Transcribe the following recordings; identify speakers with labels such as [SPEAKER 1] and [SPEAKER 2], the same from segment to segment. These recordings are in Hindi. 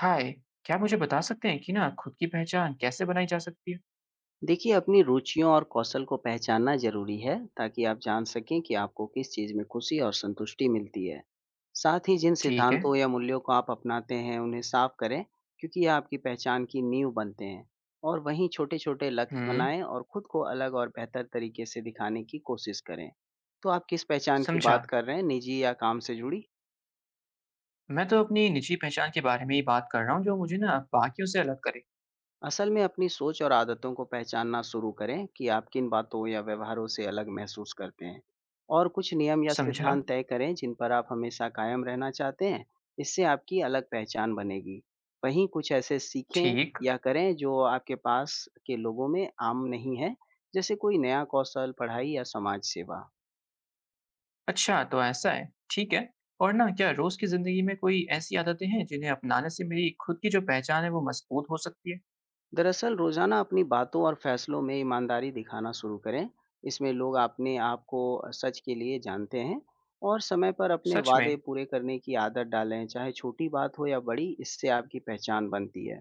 [SPEAKER 1] हाय, क्या आप मुझे बता सकते हैं कि ना खुद की पहचान कैसे बनाई जा सकती है?
[SPEAKER 2] देखिए, अपनी रुचियों और कौशल को पहचानना ज़रूरी है, ताकि आप जान सकें कि आपको किस चीज़ में खुशी और संतुष्टि मिलती है। साथ ही जिन
[SPEAKER 1] ठीक है।
[SPEAKER 2] सिद्धांतों या मूल्यों को आप अपनाते हैं, उन्हें साफ करें, क्योंकि ये आपकी पहचान की नींव बनते हैं। और वहीं छोटे-छोटे लक्ष्य
[SPEAKER 1] हुँ।
[SPEAKER 2] बनाएँ और खुद को अलग और बेहतर तरीके से दिखाने की कोशिश करें। तो आप किस पहचान की
[SPEAKER 1] समझा।
[SPEAKER 2] बात कर रहे हैं, निजी या काम से जुड़ी?
[SPEAKER 1] मैं तो अपनी निजी पहचान के बारे में ही बात कर रहा हूँ जो मुझे ना बाकियों से अलग करे।
[SPEAKER 2] असल में अपनी सोच और आदतों को पहचानना शुरू करें कि आप किन बातों या व्यवहारों से अलग महसूस करते हैं, और कुछ नियम या
[SPEAKER 1] समझा,
[SPEAKER 2] सिद्धांत तय करें जिन पर आप हमेशा कायम रहना चाहते हैं। इससे आपकी अलग पहचान बनेगी। वहीं कुछ ऐसे सीखें
[SPEAKER 1] ठीक,
[SPEAKER 2] या करें जो आपके पास के लोगों में आम नहीं है, जैसे कोई नया कौशल, पढ़ाई या समाज सेवा।
[SPEAKER 1] अच्छा तो ऐसा है, ठीक है। और ना क्या रोज़ की ज़िंदगी में कोई ऐसी आदतें हैं जिन्हें अपनाने से मेरी खुद की जो पहचान है वो मज़बूत हो सकती है?
[SPEAKER 2] दरअसल रोजाना अपनी बातों और फैसलों में ईमानदारी दिखाना शुरू करें। इसमें लोग अपने आप को सच के लिए जानते हैं। और समय पर अपने
[SPEAKER 1] सच में?
[SPEAKER 2] वादे पूरे करने की आदत डालें, चाहे छोटी बात हो या बड़ी। इससे आपकी पहचान बनती है।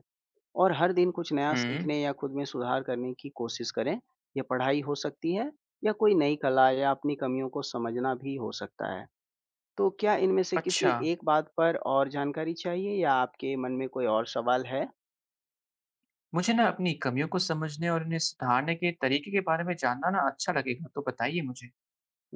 [SPEAKER 2] और हर दिन कुछ नया
[SPEAKER 1] हुँ।
[SPEAKER 2] सीखने या खुद में सुधार करने की कोशिश करें। यह पढ़ाई हो सकती है, या कोई नई कला, या अपनी कमियों को समझना भी हो सकता है। तो क्या इनमें से
[SPEAKER 1] अच्छा।
[SPEAKER 2] किसी एक बात पर और जानकारी चाहिए, या आपके मन में कोई और सवाल है?
[SPEAKER 1] मुझे ना अपनी कमियों को समझने और उन्हें सुधारने के तरीके के बारे में जानना ना अच्छा लगेगा, तो बताइए मुझे।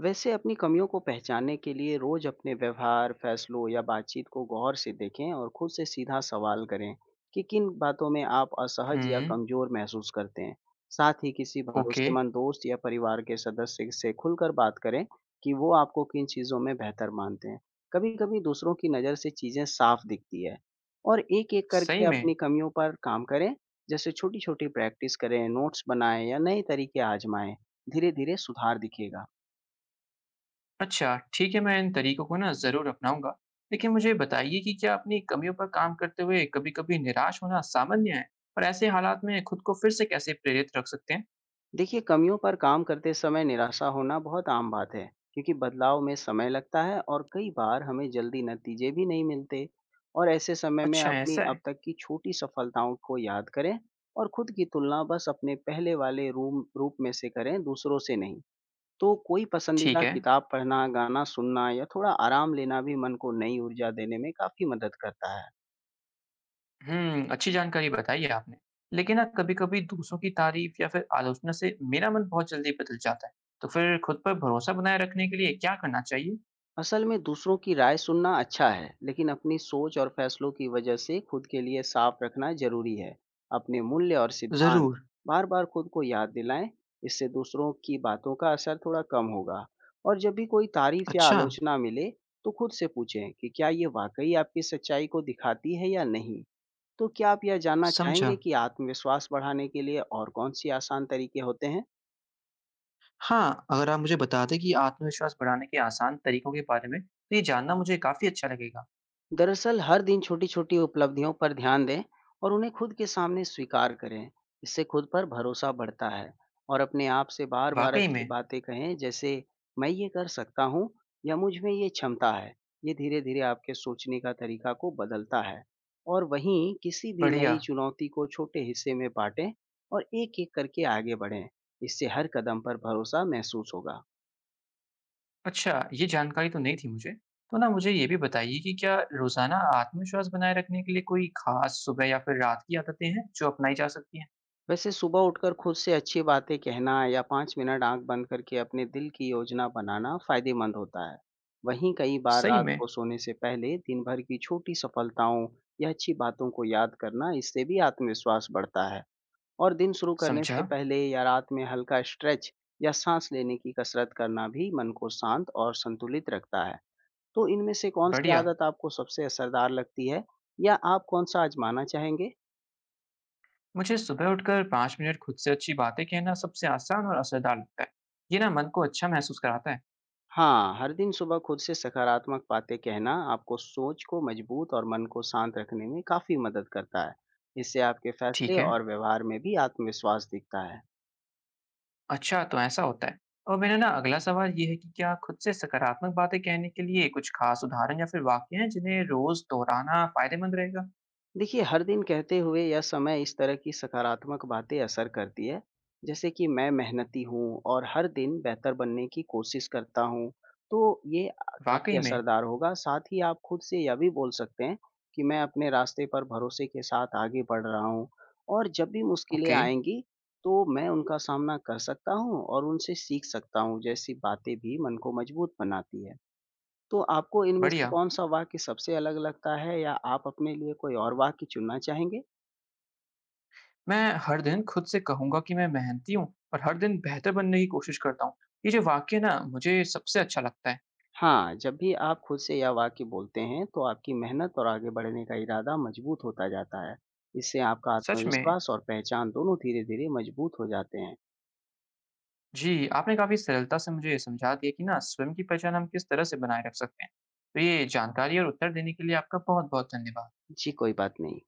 [SPEAKER 2] वैसे अपनी कमियों को पहचानने के लिए रोज अपने व्यवहार, फैसलों या बातचीत को गौर से देखें और खुद से सीधा सवाल करें कि किन बातों में आप असहज या
[SPEAKER 1] हुँ।
[SPEAKER 2] कमजोर महसूस करते हैं। साथ ही किसी
[SPEAKER 1] ओके।
[SPEAKER 2] भरोसेमंद दोस्त या परिवार के सदस्य से खुलकर बात करें कि वो आपको किन चीज़ों में बेहतर मानते हैं। कभी-कभी दूसरों की नज़र से चीज़ें साफ दिखती है। और एक-एक
[SPEAKER 1] सही
[SPEAKER 2] करके
[SPEAKER 1] में।
[SPEAKER 2] अपनी कमियों पर काम करें, जैसे छोटी-छोटी प्रैक्टिस करें, नोट्स बनाएं या नए तरीके आजमाएं। धीरे-धीरे सुधार दिखेगा।
[SPEAKER 1] अच्छा ठीक है, मैं इन तरीकों को ना ज़रूर अपनाऊंगा। लेकिन मुझे बताइए कि क्या अपनी कमियों पर काम करते हुए कभी-कभी निराश होना सामान्य है और ऐसे हालात में खुद को फिर से कैसे प्रेरित रख सकते हैं?
[SPEAKER 2] देखिए, कमियों पर काम करते समय निराशा होना बहुत आम बात है, क्योंकि बदलाव में समय लगता है और कई बार हमें जल्दी नतीजे भी नहीं मिलते। और ऐसे समय में
[SPEAKER 1] अच्छा
[SPEAKER 2] अपनी
[SPEAKER 1] ऐसा
[SPEAKER 2] अब
[SPEAKER 1] है।
[SPEAKER 2] तक की छोटी सफलताओं को याद करें, और खुद की तुलना बस अपने पहले वाले रूम रूप में से करें, दूसरों से नहीं। तो कोई
[SPEAKER 1] ठीक
[SPEAKER 2] पसंदीदा
[SPEAKER 1] है।
[SPEAKER 2] किताब पढ़ना, गाना सुनना या थोड़ा आराम लेना भी मन को नई ऊर्जा देने में काफ़ी मदद करता है।
[SPEAKER 1] हम्म, अच्छी जानकारी बताई है आपने। लेकिन ना कभी-कभी दूसरों की तारीफ या फिर आलोचना से मेरा मन बहुत जल्दी बदल जाता है, तो फिर खुद पर भरोसा बनाए रखने के लिए क्या करना चाहिए?
[SPEAKER 2] असल में दूसरों की राय सुनना अच्छा है, लेकिन अपनी सोच और फैसलों की वजह से खुद के लिए साफ रखना जरूरी है। अपने मूल्य और सिद्धांत
[SPEAKER 1] जरूर।
[SPEAKER 2] बार बार खुद को याद दिलाएं, इससे दूसरों की बातों का असर थोड़ा कम होगा। और जब भी कोई तारीफ या
[SPEAKER 1] अच्छा।
[SPEAKER 2] आलोचना मिले, तो खुद से पूछें कि क्या ये वाकई आपकी सच्चाई को दिखाती है या नहीं। तो क्या आप यह जानना
[SPEAKER 1] समझा।
[SPEAKER 2] चाहेंगे कि आत्मविश्वास बढ़ाने के लिए और कौन सी आसान तरीके होते हैं?
[SPEAKER 1] हाँ, अगर आप मुझे बता दें कि आत्मविश्वास बढ़ाने के आसान तरीकों के बारे में, तो ये जानना मुझे काफ़ी अच्छा लगेगा।
[SPEAKER 2] दरअसल हर दिन छोटी-छोटी उपलब्धियों पर ध्यान दें और उन्हें खुद के सामने स्वीकार करें। इससे खुद पर भरोसा बढ़ता है। और अपने आप से बार-बार
[SPEAKER 1] वाक़ई
[SPEAKER 2] अच्छी
[SPEAKER 1] में?
[SPEAKER 2] बातें कहें, जैसे, मैं ये कर सकता हूँ, या मुझ में ये क्षमता है। ये धीरे-धीरे आपके सोचने का तरीका को बदलता है। और वहीं किसी भी
[SPEAKER 1] बढ़िया।
[SPEAKER 2] नई चुनौती को छोटे हिस्से में बाँटें और एक-एक करके आगे बढ़ें। इससे हर कदम पर भरोसा महसूस होगा।
[SPEAKER 1] अच्छा, ये जानकारी तो नहीं थी मुझे। तो ना मुझे ये भी बताइए कि क्या रोज़ाना आत्मविश्वास बनाए रखने के लिए कोई ख़ास सुबह या फिर रात की आदतें हैं, जो अपनाई जा सकती हैं?
[SPEAKER 2] वैसे सुबह उठकर खुद से अच्छी बातें कहना या पाँच मिनट आंख बंद करके अपने दिल की योजना बनाना फायदेमंद होता है। वहीं कई बार
[SPEAKER 1] सही
[SPEAKER 2] रात
[SPEAKER 1] में?
[SPEAKER 2] को सोने से पहले दिन भर की छोटी सफलताओं या अच्छी बातों को याद करना, इससे भी आत्मविश्वास बढ़ता है। और दिन शुरू करने
[SPEAKER 1] समझा।
[SPEAKER 2] से पहले या रात में हल्का स्ट्रेच या सांस लेने की कसरत करना भी मन को शांत और संतुलित रखता है। तो इनमें से कौन सी
[SPEAKER 1] बढ़िया।
[SPEAKER 2] आदत आपको सबसे असरदार लगती है, या आप कौन सा आजमाना चाहेंगे?
[SPEAKER 1] मुझे सुबह उठकर 5 मिनट खुद से अच्छी बातें कहना सबसे आसान और असरदार लगता है। ये ना मन को अच्छा महसूस कराता है।
[SPEAKER 2] हाँ, हर दिन सुबह खुद से सकारात्मक बातें कहना आपको सोच को मजबूत और मन को शांत रखने में काफ़ी मदद करता है। इससे आपके
[SPEAKER 1] ठीक
[SPEAKER 2] फैसले
[SPEAKER 1] है।
[SPEAKER 2] और व्यवहार में भी आत्मविश्वास दिखता है।
[SPEAKER 1] अच्छा, तो ऐसा होता है। और मेरा ना अगला सवाल ये है कि क्या खुद से सकारात्मक बातें कहने के लिए कुछ खास उदाहरण या फिर वाक्य हैं जिन्हें रोज़ दोहराना फ़ायदेमंद रहेगा?
[SPEAKER 2] देखिए, हर दिन कहते हुए यह समय इस तरह की सकारात्मक बातें असर करती है, जैसे कि, मैं मेहनती हूँ और हर दिन बेहतर बनने की कोशिश करता हूँ, तो ये
[SPEAKER 1] वाक़ई
[SPEAKER 2] काफ़ी
[SPEAKER 1] में?
[SPEAKER 2] असरदार होगा। साथ ही आप खुद से यह भी बोल सकते हैं कि, मैं अपने रास्ते पर भरोसे के साथ आगे बढ़ रहा हूँ, और जब भी मुश्किलें
[SPEAKER 1] ओके,
[SPEAKER 2] आएँगी, तो मैं उनका सामना कर सकता हूँ और उनसे सीख सकता हूँ, जैसी बातें भी मन को मजबूत बनाती है। तो आपको इनमें से
[SPEAKER 1] बढ़िया।
[SPEAKER 2] कौन-सा वाक्य सबसे अलग लगता है, या आप अपने लिए कोई और वाक्य चुनना चाहेंगे?
[SPEAKER 1] मैं हर दिन खुद से कहूँगा कि मैं मेहनती हूँ और हर दिन बेहतर बनने की कोशिश करता हूँ। ये जो वाक्य है ना मुझे सबसे अच्छा लगता है।
[SPEAKER 2] हाँ, जब भी आप खुद से यह वाक्य बोलते हैं, तो आपकी मेहनत और आगे बढ़ने का इरादा मजबूत होता जाता है। इससे आपका
[SPEAKER 1] सच में।
[SPEAKER 2] आत्मविश्वास और पहचान दोनों धीरे-धीरे मजबूत हो जाते हैं।
[SPEAKER 1] जी, आपने काफ़ी सरलता से मुझे समझा दिया कि ना स्वयं की पहचान हम किस तरह से बनाए रख सकते हैं। तो ये जानकारी और उत्तर देने के लिए आपका बहुत-बहुत धन्यवाद।
[SPEAKER 2] जी, कोई बात नहीं।